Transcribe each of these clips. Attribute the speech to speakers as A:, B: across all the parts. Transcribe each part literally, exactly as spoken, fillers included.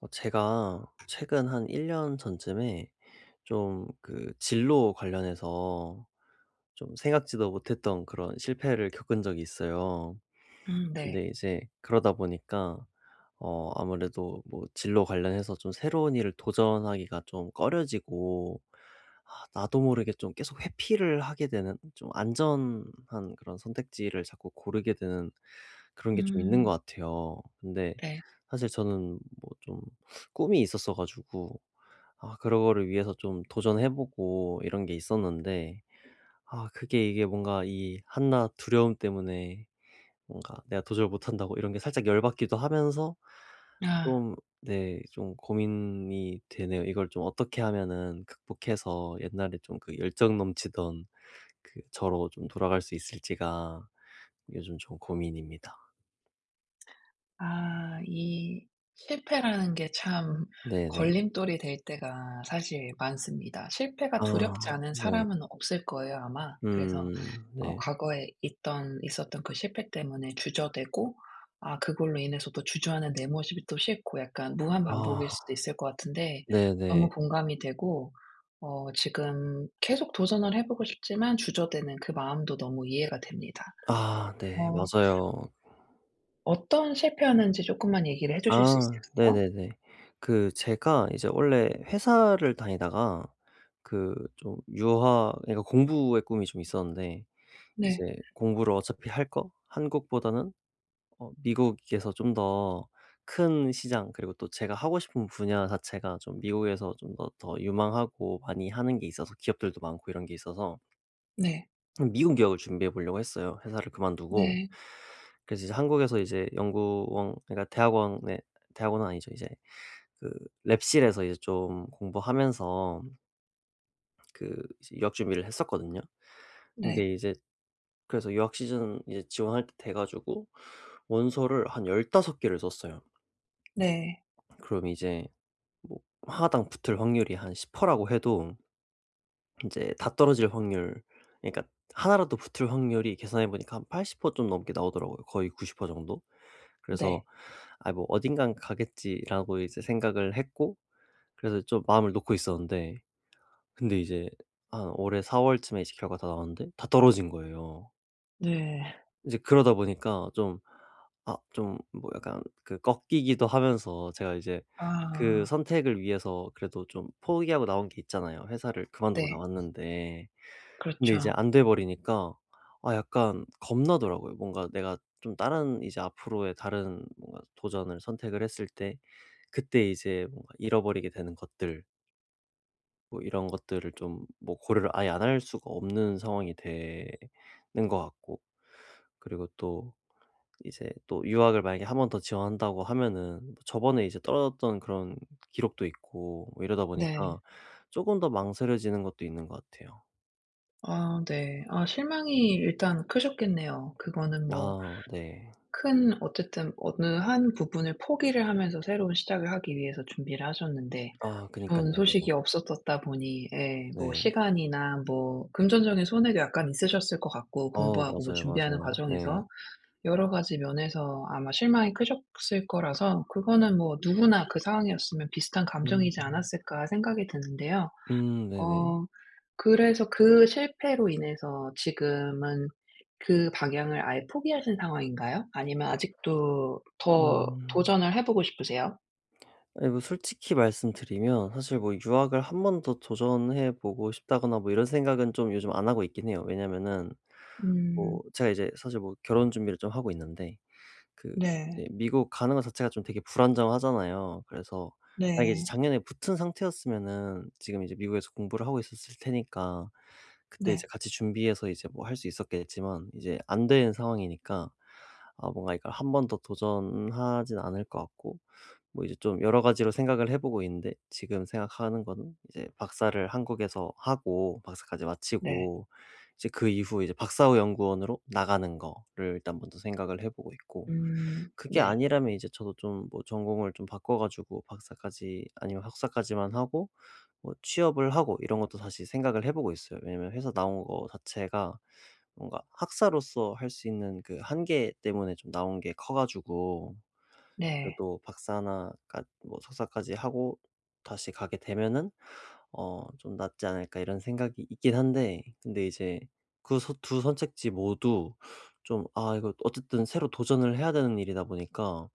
A: 어 제가 최근 한 일 년 전쯤에 좀 그 진로 관련해서 좀 생각지도 못했던 그런 실패를 겪은 적이 있어요.
B: 음 네.
A: 근데 이제 그러다 보니까 어 아무래도 뭐 진로 관련해서 좀 새로운 일을 도전하기가 좀 꺼려지고 아 나도 모르게 좀 계속 회피를 하게 되는 좀 안전한 그런 선택지를 자꾸 고르게 되는 그런 게 좀 있는 것
B: 음
A: 같아요. 근데
B: 네.
A: 사실 저는 뭐 좀 꿈이 있었어 가지고 아 그거를 위해서 좀 도전해 보고 이런 게 있었는데 아 그게 이게 뭔가 이 한나 두려움 때문에 뭔가 내가 도저히 못한다고 이런 게 살짝 열 받기도 하면서
B: 아.
A: 좀, 네, 좀 고민이 되네요. 이걸 좀 어떻게 하면은 극복해서 옛날에 좀 그 열정 넘치던 그 저로 좀 돌아갈 수 있을지가 요즘 좀 고민입니다.
B: 아 이 실패라는 게 참
A: 네네.
B: 걸림돌이 될 때가 사실 많습니다. 실패가 두렵지
A: 아
B: 않은
A: 네.
B: 사람은 없을 거예요 아마. 그래서
A: 음
B: 어
A: 네.
B: 과거에 있던 있었던 그 실패 때문에 주저되고 아 그걸로 인해서 또 주저하는 내 모습이 또 싫고 약간 무한
A: 아
B: 반복일 수도 있을 것 같은데 너무
A: 네네.
B: 공감이 되고 어 지금 계속 도전을 해 보고 싶지만 주저되는 그 마음도 너무 이해가 됩니다.
A: 아 네.
B: 어
A: 맞아요.
B: 어떤 실패하는지 조금만 얘기를 해 주실 수
A: 아
B: 있을까요?
A: 네네네. 그 제가 이제 원래 회사를 다니다가 그 좀 유화, 그러니까 공부의 꿈이 좀 있었는데
B: 네.
A: 이제 공부를 어차피 할 거 한국보다는 어 미국에서 좀 더 큰 시장, 그리고 또 제가 하고 싶은 분야 자체가 좀 미국에서 좀 더 더 유망하고 많이 하는 게 있어서 기업들도 많고 이런 게 있어서
B: 네.
A: 좀 미국 기업을 준비해 보려고 했어요, 회사를 그만두고.
B: 네.
A: 그래서 이제 한국에서 이제 연구원, 그러니까 대학원에, 대학원은 아니죠. 이제 그 랩실에서 이제 좀 공부하면서 그 이제 유학 준비를 했었거든요.
B: 네.
A: 근데 이제 그래서 유학 시즌 이제 지원할 때돼 가지고 원서를 한 열다섯 개를 썼어요.
B: 네.
A: 그럼 이제 뭐 하나당 붙을 확률이 한 십 퍼센트 라고 해도 인제 다 떨어질 확률, 그러니까 하나라도 붙을 확률이 계산해 보니까 한 팔십 퍼센트 좀 넘게 나오더라고요. 거의 구십 퍼센트 정도. 그래서
B: 네.
A: '아 뭐 어딘가는 가겠지.'라고 이제 생각을 했고 그래서 좀 마음을 놓고 있었는데, 근데 이제 한 올해 사 월쯤에 이제 결과 다 나왔는데 다 떨어진 거예요.
B: 네.
A: 이제 그러다 보니까 좀, 아 좀 뭐 약간 그 꺾이기도 하면서 제가 이제 그
B: 아
A: 선택을 위해서 그래도 좀 포기하고 나온 게 있잖아요, 회사를 그만두고
B: 네.
A: 나왔는데. 근데 이제
B: 그렇죠.
A: 안 돼 버리니까 아 약간 겁나더라고요. 뭔가 내가 좀 다른 이제 앞으로의 다른 뭔가 도전을, 선택을 했을 때 그때 이제 뭔가 잃어버리게 되는 것들, 뭐 이런 것들을 좀 뭐 고려를 아예 안 할 수가 없는 상황이 되는 것 같고, 그리고 또 이제 또 유학을 만약에 한 번 더 지원한다고 하면은 뭐 저번에 이제 떨어졌던 그런 기록도 있고 뭐 이러다 보니까
B: 네.
A: 쪼금 더 망설여지는 것도 있는 것 같아요.
B: 아 네. 아 실망이 일단 크셨겠네요. 그거는 뭐
A: 아 네.
B: 큰 어쨌든 어느 한 부분을 포기를 하면서 새로운 시작을 하기 위해서 준비를 하셨는데
A: 아
B: 좋은
A: 그니깐요. 네.
B: 소식이 없었었다 보니 예 뭐
A: 네.
B: 시간이나 뭐 금전적인 손해도 약간 있으셨을 것 같고
A: 어
B: 공부하고 뭐
A: 맞아요,
B: 준비하는
A: 맞아요. 네.
B: 과정에서 여러 가지 면에서 아마 실망이 크셨을 거라서 그거는 뭐 누구나 그 상황이었으면 비슷한
A: 음.
B: 감정이지 않았을까 생각이 드는데요.
A: 음 네네.
B: 어 그래서 그 실패로 인해서 지금은 그 방향을 아예 포기하신 상황인가요? 아니면 아직도 더
A: 음.
B: 도전을 해 보고 싶으세요?
A: 아니 뭐 솔직히 말씀드리면 사실 뭐 '유학을 한 번 더 도전해 보고 싶다.'거나 뭐 이런 생각은 좀 요즘 안 하고 있긴 해요. 왜냐면은 뭐
B: 음.
A: 제가 이제 사실 뭐 결혼 준비를 좀 하고 있는데, 그
B: 네.
A: 이제 미국 가는 것 자체가 좀 되게 불안정하잖아요. 그래서 만약에 이제
B: 네.
A: 작년에 붙은 상태였으면은 지금 이제 미국에서 공부를 하고 있었을 테니까 그때 이제
B: 네.
A: 같이 준비해서 이제 뭐 할 수 있었겠지만 이제 안 된 상황이니까 아 뭔가 이걸 한 번 더 도전하진 않을 것 같고, 뭐 이제 좀 여러 가지로 생각을 해 보고 있는데, 지금 생각하는 거는 이제 박사를 한국에서 하고 박사까지
B: 네.
A: 마치고 이제 그 이후 이제 박사후 연구원으로 나가는 거를 일단 먼저 생각을 해 보고 있고,
B: 음.
A: 그게
B: 네.
A: 아니라면 이제 저도 좀 뭐 전공을 좀 바꿔 가지고 박사까지, 아니면 학사까지만 하고 뭐 취업을 하고, 이런 것도 다시 생각을 해 보고 있어요. 왜냐면 회사 나온 거 자체가 뭔가 학사로서 할 수 있는 그 한계 때문에 좀 나온 게 커 가지고
B: 네.
A: 그래도 박사나 까, 뭐 석사까지 하고 다시 가게 되면은 어 '좀 낫지 않을까.' 이런 생각이 있긴 한데, 근데 이제 그 두 선택지 모두 좀, 아 이거 어쨌든 새로 도전을 해야 되는 일이다 보니까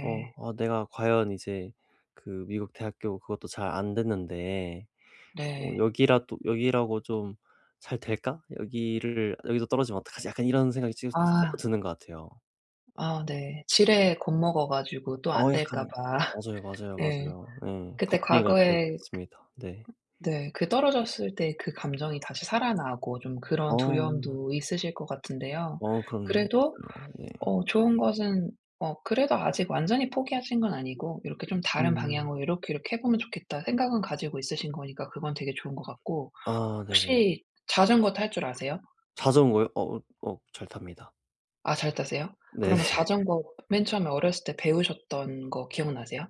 A: 어 아 내가 과연 이제 그 미국 대학교, 그것도 잘 안 됐는데 어
B: 네.
A: 여기라도, '여기라고 좀 잘 될까? 여기를 여기서 떨어지면 어떡하지?' 약간 이런 생각이 지- 자꾸
B: 아.
A: 드는 것 같아요.
B: 아 네. 지레 겁먹어 가지고 또 안
A: 어
B: 될까
A: 약간
B: 봐.
A: 맞아요, 맞아요,
B: 네.
A: 맞아요. 예.
B: 그때
A: 겁쟁이가 되어 그렸
B: 과거에
A: 습니다 네.
B: 네 그 떨어졌을 때 그 감정이 다시 살아나고 좀 그런
A: 어.
B: 두려움도 있으실 것 같은데요.
A: 어 그럼요.
B: 그래도
A: 맞아요. 네.
B: 어 좋은 것은 어 그래도 아직 완전히 포기하신 건 아니고 이렇게 좀 '다른
A: 음.
B: 방향으로 요렇게, 요렇게 해 보면 좋겠다.' 생각은 가지고 있으신 거니까 그건 되게 좋은 것 같고
A: 아 네네.
B: 혹시 자전거 탈 줄 아세요?
A: 자전거요? 어 어 어 잘 탑니다.
B: 아 잘 타세요?
A: 네.
B: 그러면 자전거 맨 처음에 어렸을 때 배우셨던 거 기억나세요?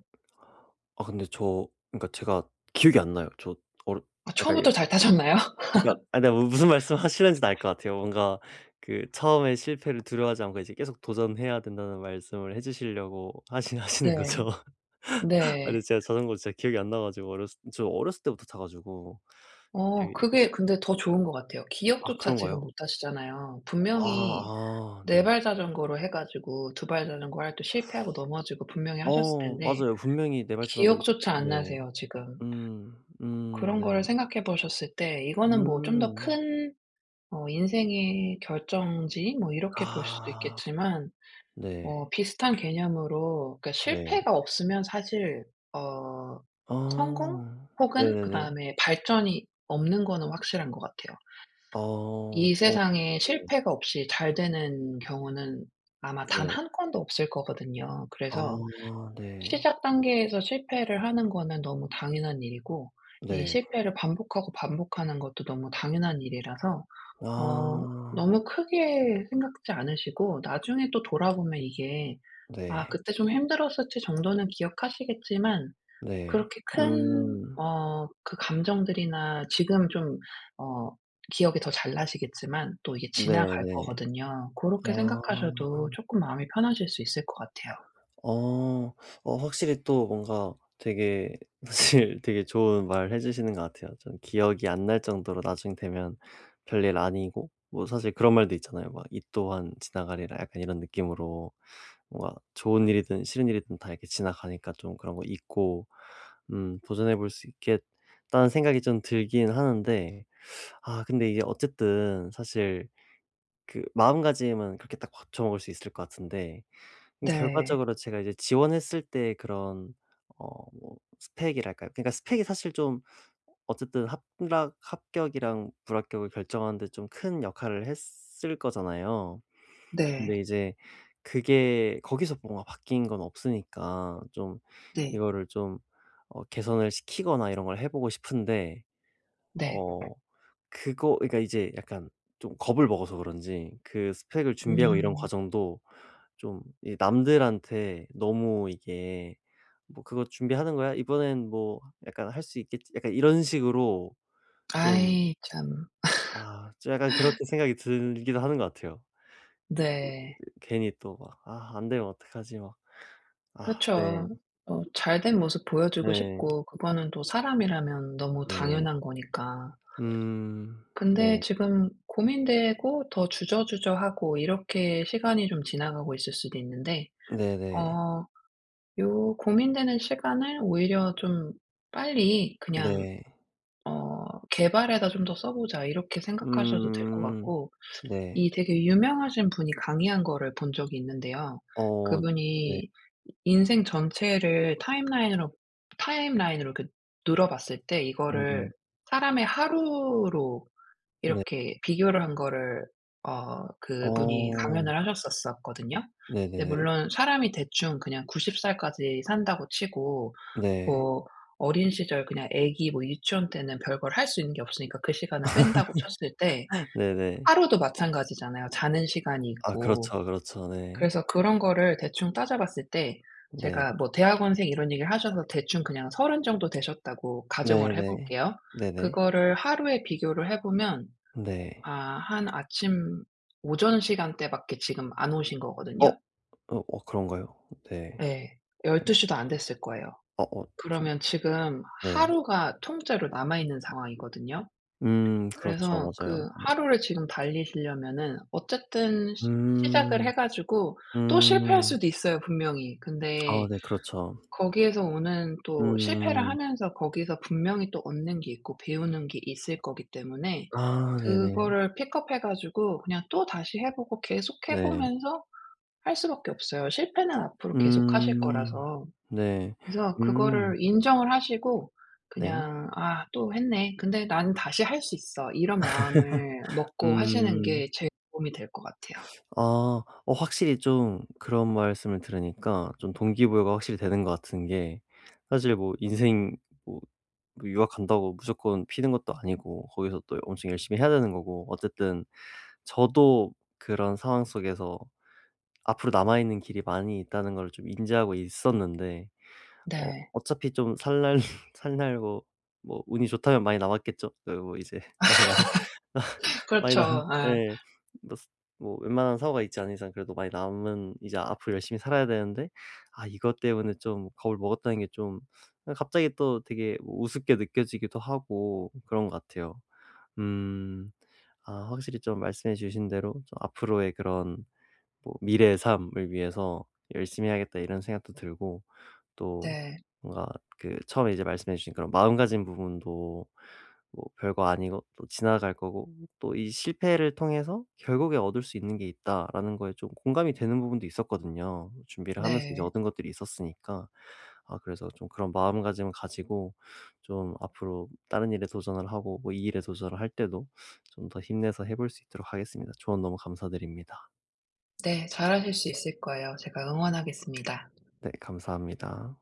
A: 아 근데 저, 그러니까 제가 기억이 안 나요. 저 어르
B: 아
A: 그러니까
B: 처음부터 잘 타셨나요?
A: 그러니까 아근뭐 무슨 말씀 하시는지는 알 것 같아요. 뭔가 그 처음에 실패를 두려워하지 않고 이제 계속 도전해야 된다는 말씀을 해 주시려고 하시 하시는
B: 네.
A: 거죠. 아 근데
B: 네.
A: 제가 자전거 진짜 기억이 안 나 가지고 어렸을 저 어렸을 때부터 타 가지고 기억이
B: 어
A: 이렇게,
B: 그게 근데 더
A: 네.
B: 좋은 것 같아요.
A: 아
B: 기억조차 지금
A: 그런가요?
B: 못 하시잖아요.
A: 아
B: 분명히
A: 아
B: 네
A: 네.
B: 발 자전거로 해 가지고 두발 자전거 할 때 실패하고 넘어지고 분명히 하셨을
A: 어
B: 텐데
A: 맞아요. 분명히 네 발 자전거 있.
B: 기억조차 안
A: 네.
B: 나세요 지금.
A: 음. 음
B: 그런 거를
A: 네.
B: 생각해 보셨을 때 이거는 뭐 좀 더
A: 음.
B: 큰 어 인생의 결정지 뭐 이렇게 볼 수도
A: 아.
B: 있겠지만
A: 네.
B: 어 비슷한 개념으로 그러니까
A: 네.
B: 실패가 없으면 사실 어 성공
A: 아.
B: 혹은
A: 네네네.
B: 그다음에 발전이 없는 거는 확실한 것 같아요.
A: 어.
B: 이
A: 어
B: 세상에
A: 네.
B: 실패가 없이 잘 되는 경우는 아마 단
A: 네.
B: 한 건도 없을 거거든요.
A: 아
B: 그래서
A: 네.
B: 시작 단계에서 실패를 하는 거는 너무 당연한 일이고 이
A: 네.
B: 실패를 반복하고 반복하는 것도 너무 당연한 일이라서 어
A: 아.
B: 너무 크게 생각지 않으시고 나중에 또 돌아보면 이게 '아
A: 네.
B: 그때 좀 힘들었을지 정도는 기억하시겠지만
A: 네.
B: 그렇게 큰
A: 음.
B: 어 그 감정들이나 지금 좀 어 기억이 더 잘 나시겠지만 또 이게 지나갈
A: 네네.
B: 거거든요. 그렇게
A: 아.
B: 생각하셔도 조금 마음이 편하실 수 있을 것 같아요.
A: 어. 어 확실히 또 뭔가 되게 사실 되게 좋은 말 해 주시는 것 같아요. 좀 기억이 안 날 정도로 나중 되면 별일 아니고, 뭐 사실 그런 말도 있잖아요. 막 "이 또한 지나가리라." 약간 이런 느낌으로 뭔가 좋은 일이든 싫은 일이든 다 이렇게 지나가니까 좀 그런 거 잊고 음 도전해 볼 수 있겠다는 생각이 좀 들긴 하는데, 아 근데 이게 어쨌든 사실 그 마음가짐은 그렇게 딱 고쳐 먹을 수 있을 것 같은데 음
B: 네.
A: 결과적으로 제가 이제 지원했을 때 그런, 어 뭐 스펙이랄까요? 그러니까 스펙이 사실 좀 어쨌든 합락 합격이랑 불합격을 결정하는 데 좀 큰 역할을 했을 거잖아요.
B: 네.
A: 근데 이제 그게 거기서 뭔가 바뀐 건 없으니까 좀,
B: 네.
A: 이거를 좀 어 개선을 시키거나 이런 걸 해 보고 싶은데,
B: 네.
A: 어 그거 그러니까 이제 약간 좀 겁을 먹어서 그런지 그 스펙을 준비하고 이런
B: 음.
A: 과정도 좀, 이 남들한테 너무 이게 "뭐 그거 준비하는 거야? 이번엔 뭐 약간 할 수 있겠지?" 약간 이런 식으로 좀,
B: 아이 참.
A: 아 좀 약간 그렇게 생각이 들기도 하는 것 같아요.
B: 네.
A: 괜히 또 막 '아 안 되면 어떡하지?' 막. 아 네.
B: 그쵸. 어 잘된 모습 보여주고
A: 네.
B: 싶고 그거는 또 사람이라면 너무
A: 네네.
B: 당연한 거니까.
A: 음.
B: 근데
A: 네.
B: 지금 고민되고 더 주저주저하고 이렇게 시간이 좀 지나가고 있을 수도 있는데
A: 네네.
B: 어 요 고민되는 시간을 오히려 좀 빨리 그냥
A: 네.
B: 어 '개발에다 좀 더 써 보자.' 이렇게 생각하셔도 될 것
A: 음.
B: 같고
A: 네.
B: 이 되게 유명하신 분이 강의한 거를 본 적이 있는데요.
A: 어 네.
B: 그분이 인생 전체를 타임라인으로 타임라인으로 이렇게 눌어 봤을 때 이거를
A: 네네.
B: 사람의 하루로
A: 네.
B: 이렇게 비교를 한 거를 어 그분이
A: 어.
B: 강연을 하셨었었거든요. 근데
A: 네네네.
B: 물론 사람이 대충 그냥 아흔 살까지 산다고 치고
A: 네.
B: 뭐 어린 시절 그냥 아기 뭐 유치원 때는 별걸 할 수 있는 게 없으니까 그 시간을 뺀다고 쳤을 때
A: 네네.
B: 하루도 마찬가지잖아요. 자는 시간이
A: 아
B: 있고.
A: 그렇죠, 그렇죠. 네.
B: 그래서 그런 거를 대충 따져 봤을 때
A: 네.
B: 제가 뭐 대학원생 이런 얘기를 하셔서 대충 그냥 서른 정도 되셨다고 가정을 해
A: 네네.
B: 볼게요.
A: 네네.
B: 그거를 하루에 비교를 해 보면
A: 네.
B: 아 한 아침 오전 시간대밖에 지금 안 오신
A: 어. 어
B: 거거든요.
A: 어 그런가요? 네.
B: 예. 열두 시도 안 됐을 거예요.
A: 어어 좀.
B: 그러면 지금
A: 네.
B: 하루가 통째로 남아 있는 상황이거든요.
A: 음 그렇죠.
B: 그래서
A: 맞아요.
B: 그 하루를 지금 달리시려면은 어쨌든 시 시작을
A: 음.
B: 해 가지고 또 실패할
A: 음.
B: 수도 있어요 분명히.
A: 아
B: 근데
A: 네 그렇죠.
B: 거기에서 오는 또 실패를
A: 음음.
B: 하면서 거기서 분명히 또 얻는 게 있고 배우는 게 있을 거기 때문에
A: 아 네네.
B: 그거를 픽업해 가지고 그냥 또다시 해 보고 계속 해
A: 네.
B: 보면서 할 수밖에 없어요. 실패는 앞으로 계속하실
A: 음.
B: 거라서.
A: 네.
B: 그래서
A: 음.
B: 그거를 인정을 하시고
A: 네.
B: 그냥 '아 또 했네. 근데 나는 다시 할 수 있어.' 이런 마음을 먹고 하시는
A: 음.
B: 게 제일 도움이 될 것 같아요.
A: 아. 어 확실히 좀 그런 말씀을 들으니까 좀 동기부여가 확실히 되는 것 같은 게, 사실 뭐 인생 뭐 뭐 유학 간다고 무조건 피는 것도 아니고 거기서 또 엄청 열심히 해야 되는 거고 어쨌든 저도 그런 상황 속에서 앞으로 남아 있는 길이 많이 있다는 걸 좀 인지하고 있었는데, 어
B: 네.
A: 어차피 좀 살 날 살 날 뭐 뭐 운이 좋다면 많이 남았겠죠. 그리고 이제 많이 남아 많이 남.
B: 그렇죠. 아
A: 예. 뭐 스 뭐 웬만한 사고가 있지 않은 이상 그래도 많이 남은, 이제 앞으로 열심히 살아야 되는데 아 이것 때문에 좀 겁을 먹었다는 게 좀, 아 갑자기 또 되게 뭐 우습게 느껴지기도 하고 그런 것 같아요. 음. 아 확실히 좀 말씀해 주신 대로 좀 앞으로의 그런 뭐 '미래의 삶을 위해서 열심히 해야겠다.' 이런 생각도 들고, 또
B: 네.
A: 뭔가 그 처음에 이제 말씀해 주신 그런 마음가짐 부분도 뭐 별거 아니고 또 지나갈 거고, 또 이 '실패를 통해서 결국에 얻을 수 있는 게 있다.'라는 거에 좀 공감이 되는 부분도 있었거든요. 준비를 하면서 이제
B: 네.
A: 얻은 것들이 있었으니까. 아 그래서 좀 그런 마음가짐을 가지고 좀 앞으로 다른 일에 도전을 하고 뭐 이 일에 도전을 할 때도 좀 더 힘내서 해볼 수 있도록 하겠습니다. 조언 너무 감사드립니다.
B: 네. 잘하실 수 있을 거예요. 제가 응원하겠습니다.
A: 네 감사합니다.